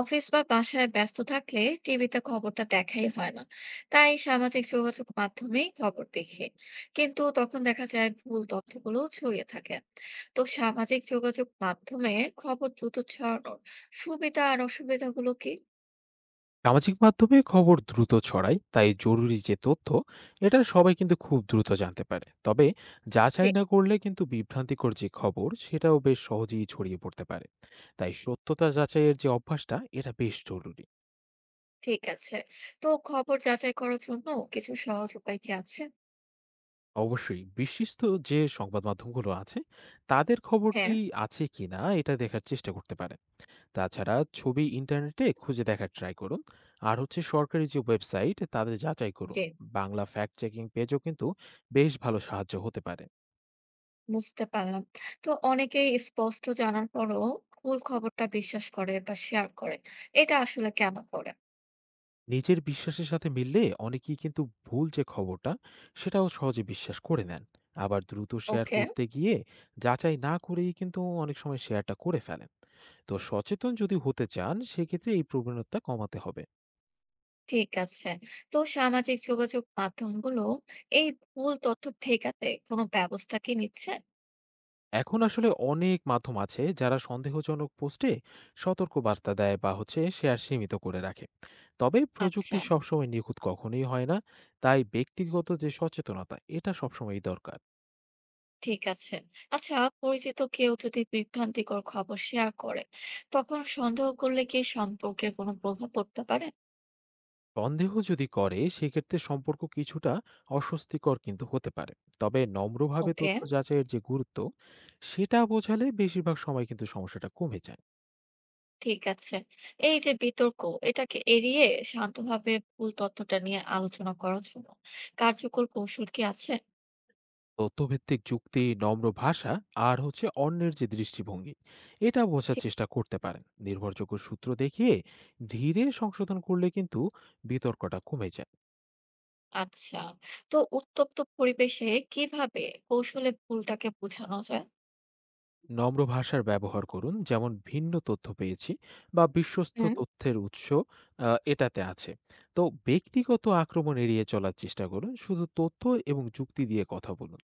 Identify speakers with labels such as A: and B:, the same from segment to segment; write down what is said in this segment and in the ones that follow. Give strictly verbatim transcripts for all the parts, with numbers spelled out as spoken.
A: Office বা বাসায় ব্যস্ত থাকলে টিভিতে খবরটা দেখাই হয় না। তাই সামাজিক যোগাযোগ মাধ্যমেই খবর দেখি, কিন্তু তখন দেখা যায় ভুল তথ্যগুলো ছড়িয়ে থাকে। তো সামাজিক যোগাযোগ মাধ্যমে খবর দ্রুত ছড়ানোর সুবিধা আর অসুবিধাগুলো কি?
B: সামাজিক মাধ্যমে খবর দ্রুত ছড়ায়, তাই জরুরি যে তথ্য এটা সবাই কিন্তু খুব দ্রুত জানতে পারে। তবে
A: জি,
B: যাচাই না করলে কিন্তু বিভ্রান্তিকর যে খবর সেটাও বেশ সহজেই ছড়িয়ে পড়তে পারে। তাই সত্যতা যাচাইয়ের যে অভ্যাসটা এটা বেশ জরুরি।
A: ঠিক আছে। তো খবর যাচাই করার জন্য কিছু সহজ উপায় কি আছে?
B: অবশ্যই বিশ্বস্ত যে সংবাদ মাধ্যমগুলো আছে তাদের খবরটি
A: হ্যাঁ।
B: আছে কিনা এটা দেখার চেষ্টা করতে পারে। তাছাড়া ছবি ইন্টারনেটে খুঁজে দেখার ট্রাই করুন, আর হচ্ছে সরকারি যে ওয়েবসাইট তাদের যাচাই করুন।
A: জি।
B: বাংলা ফ্যাক্ট চেকিং পেজও কিন্তু বেশ ভালো সাহায্য হতে পারে।
A: বুঝতে পারলাম। তো অনেকেই স্পষ্ট জানার পরও ভুল খবরটা বিশ্বাস করে বা শেয়ার করে, এটা আসলে কেন করে?
B: নিজের বিশ্বাসের সাথে মিললে অনেকেই কিন্তু ভুল যে খবরটা সেটাও সহজে বিশ্বাস করে নেন। আবার দ্রুত শেয়ার
A: ওকে,
B: করতে গিয়ে যাচাই না করেই কিন্তু অনেক সময় শেয়ারটা করে ফেলেন। তো সচেতন যদি হতে চান সেক্ষেত্রে এই প্রবণতা কমাতে হবে।
A: ঠিক আছে। তো সামাজিক যোগাযোগ মাধ্যমগুলো এই ভুল তথ্য ঠেকাতে কোনো ব্যবস্থা কি নিচ্ছে?
B: এখন আসলে অনেক মাধ্যম আছে যারা সন্দেহজনক পোস্টে সতর্ক বার্তা দেয় বা হচ্ছে শেয়ার সীমিত করে রাখে। তবে প্রযুক্তি
A: আচ্ছা,
B: সবসময় নিখুঁত কখনোই হয় না, তাই ব্যক্তিগত যে সচেতনতা এটা সবসময়ই দরকার।
A: ঠিক আছে। আচ্ছা, পরিচিত কেউ যদি বিভ্রান্তিকর খবর শেয়ার করে, তখন সন্দেহ করলে কি সম্পর্কের কোনো প্রভাব পড়তে পারে?
B: সন্দেহ যদি করে সেক্ষেত্রে সম্পর্ক কিছুটা অস্বস্তিকর কিন্তু হতে পারে। তবে নম্রভাবে
A: ওকে,
B: তথ্য যাচাইয়ের যে গুরুত্ব সেটা বোঝালে বেশিরভাগ সময় কিন্তু সমস্যাটা কমে যায়।
A: ঠিক আছে। এই যে বিতর্ক, এটাকে এড়িয়ে শান্তভাবে ভুল তথ্যটা নিয়ে আলোচনা করার জন্য কার্যকর কৌশল কি আছে?
B: তথ্যভিত্তিক যুক্তি, নম্র ভাষা আর হচ্ছে অন্যের যে দৃষ্টিভঙ্গি এটা বোঝার চেষ্টা করতে পারেন। নির্ভরযোগ্য সূত্র দেখিয়ে ধীরে সংশোধন করলে কিন্তু বিতর্কটা কমে যায়।
A: আচ্ছা। তো উত্তপ্ত পরিবেশে কিভাবে কৌশলে ভুলটাকে বোঝানো যায়?
B: নম্র ভাষার ব্যবহার করুন, যেমন ভিন্ন তথ্য পেয়েছি বা বিশ্বস্ত
A: হুম।
B: তথ্যের উৎস। আহ, এটাতে আছে। তো ব্যক্তিগত আক্রমণ এড়িয়ে চলার চেষ্টা করুন, শুধু তথ্য এবং যুক্তি দিয়ে কথা বলুন।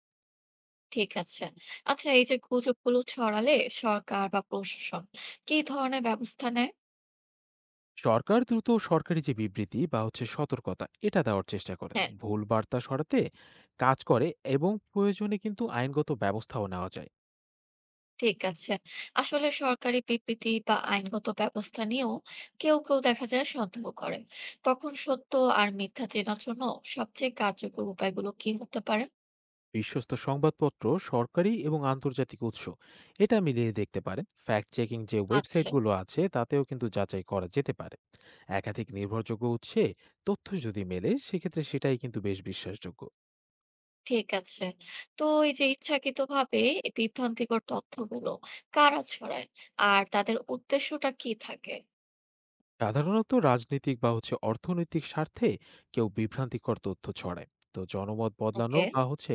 A: ঠিক আছে। আচ্ছা, এই যে গুজবগুলো ছড়ালে সরকার বা প্রশাসন কি ধরনের ব্যবস্থা নেয়?
B: সরকার দ্রুত সরকারি যে বিবৃতি বা হচ্ছে সতর্কতা এটা দেওয়ার চেষ্টা করেন,
A: হ্যাঁ,
B: ভুল বার্তা সরাতে কাজ করে এবং প্রয়োজনে কিন্তু আইনগত ব্যবস্থাও নেওয়া যায়।
A: ঠিক আছে। আসলে সরকারি বিবৃতি বা আইনগত ব্যবস্থা নিয়েও কেউ, কেউ দেখা যায় সন্দেহ করে। তখন সত্য আর মিথ্যা চেনার জন্য সবচেয়ে কার্যকর উপায়গুলো কি হতে পারে?
B: বিশ্বস্ত সংবাদপত্র, সরকারি এবং আন্তর্জাতিক উৎস এটা মিলিয়ে দেখতে পারেন। ফ্যাক্ট চেকিং যে
A: আচ্ছা।
B: ওয়েবসাইটগুলো আছে তাতেও কিন্তু যাচাই করা যেতে পারে। একাধিক নির্ভরযোগ্য উৎসে তথ্য যদি মেলে সেক্ষেত্রে সেটাই কিন্তু বেশ বিশ্বাসযোগ্য।
A: ঠিক আছে। তো এই যে ইচ্ছাকৃতভাবে এই বিভ্রান্তিকর তথ্যগুলো কারা ছড়ায়? আর তাদের উদ্দেশ্যটা কি থাকে?
B: সাধারণত রাজনৈতিক বা হচ্ছে অর্থনৈতিক স্বার্থে কেউ বিভ্রান্তিকর তথ্য ছড়ায়। তো জনমত বদলানো
A: ওকে,
B: বা হচ্ছে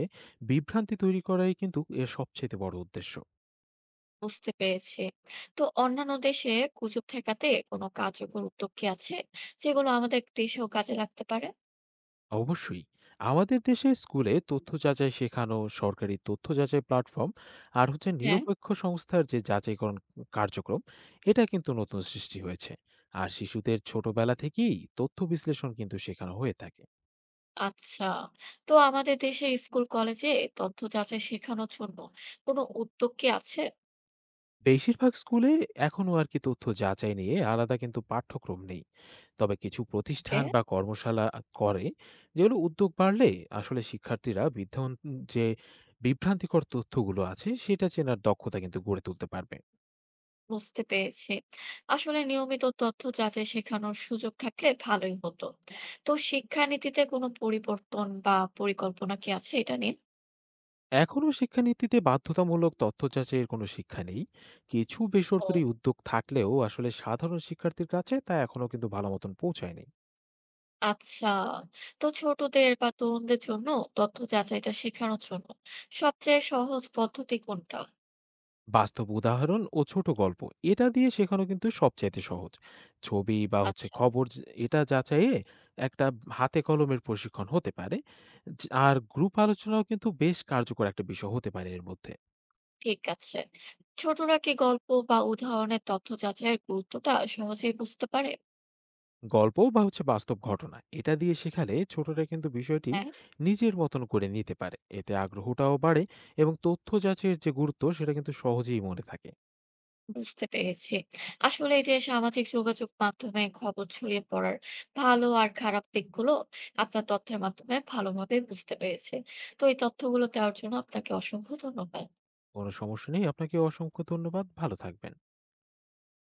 B: বিভ্রান্তি তৈরি করাই কিন্তু এর সবচেয়ে বড় উদ্দেশ্য।
A: বুঝতে পেরেছি। তো অন্যান্য দেশে গুজব ঠেকাতে কোনো কার্যকর উদ্যোগ কি আছে, যেগুলো আমাদের দেশেও কাজে লাগতে পারে?
B: অবশ্যই, আমাদের দেশে স্কুলে তথ্য যাচাই শেখানো, সরকারি তথ্য যাচাই প্ল্যাটফর্ম আর হচ্ছে
A: হ্যাঁ,
B: নিরপেক্ষ সংস্থার যে যাচাইকরণ কার্যক্রম এটা কিন্তু নতুন সৃষ্টি হয়েছে। আর শিশুদের ছোটবেলা থেকেই তথ্য বিশ্লেষণ কিন্তু শেখানো হয়ে থাকে।
A: আচ্ছা। তো আমাদের দেশের স্কুল কলেজে তথ্য যাচাই শেখানোর জন্য কোনো উদ্যোগ কি আছে?
B: বেশিরভাগ স্কুলে এখনও আর কি তথ্য যাচাই নিয়ে আলাদা কিন্তু পাঠ্যক্রম নেই। তবে কিছু
A: ওকে।
B: প্রতিষ্ঠান বা কর্মশালা করে, যেগুলো উদ্যোগ বাড়লে আসলে শিক্ষার্থীরা বিধ্বন যে বিভ্রান্তিকর তথ্যগুলো আছে সেটা চেনার দক্ষতা কিন্তু গড়ে তুলতে পারবে।
A: বুঝতে পেরেছি। আসলে নিয়মিত তথ্য যাচাই শেখানোর সুযোগ থাকলে ভালোই হতো। তো শিক্ষানীতিতে কোনো পরিবর্তন বা পরিকল্পনা কি আছে এটা নিয়ে?
B: এখনও শিক্ষানীতিতে বাধ্যতামূলক তথ্য যাচাইয়ের কোনো শিক্ষা নেই। কিছু
A: ও
B: বেসরকারি উদ্যোগ থাকলেও আসলে সাধারণ শিক্ষার্থীর কাছে তা এখনও কিন্তু ভালো মতন পৌঁছায়নি।
A: আচ্ছা। তো ছোটদের বা তরুণদের জন্য তথ্য যাচাইটা শেখানোর জন্য সবচেয়ে সহজ পদ্ধতি কোনটা?
B: বাস্তব উদাহরণ ও ছোট গল্প এটা দিয়ে শেখানো কিন্তু সবচাইতে সহজ। ছবি বা হচ্ছে
A: আচ্ছা,
B: খবর যে- এটা যাচাইয়ে একটা হাতে কলমের প্রশিক্ষণ হতে পারে, যে- আর গ্রুপ আলোচনাও কিন্তু বেশ কার্যকর একটা বিষয় হতে পারে এর মধ্যে।
A: ঠিক আছে। ছোটরা কি গল্প বা উদাহরণের তথ্য যাচাইয়ের গুরুত্বটা সহজেই বুঝতে পারে?
B: গল্প বা হচ্ছে বাস্তব ঘটনা এটা দিয়ে শেখালে ছোটরা কিন্তু বিষয়টি
A: হ্যাঁ।
B: নিজের মতন করে নিতে পারে, এতে আগ্রহটাও বাড়ে এবং তথ্য যাচাইয়ের যে গুরুত্ব সেটা কিন্তু সহজেই মনে থাকে।
A: বুঝতে পেরেছি। আসলে এই যে সামাজিক যোগাযোগ মাধ্যমে খবর ছড়িয়ে পড়ার ভালো আর খারাপ দিকগুলো আপনার তথ্যের মাধ্যমে ভালোভাবে বুঝতে পেরেছি। তো এই তথ্যগুলো দেওয়ার জন্য আপনাকে অসংখ্য ধন্যবাদ।
B: কোনো সমস্যা নেই, আপনাকে অসংখ্য ধন্যবাদ, ভালো থাকবেন।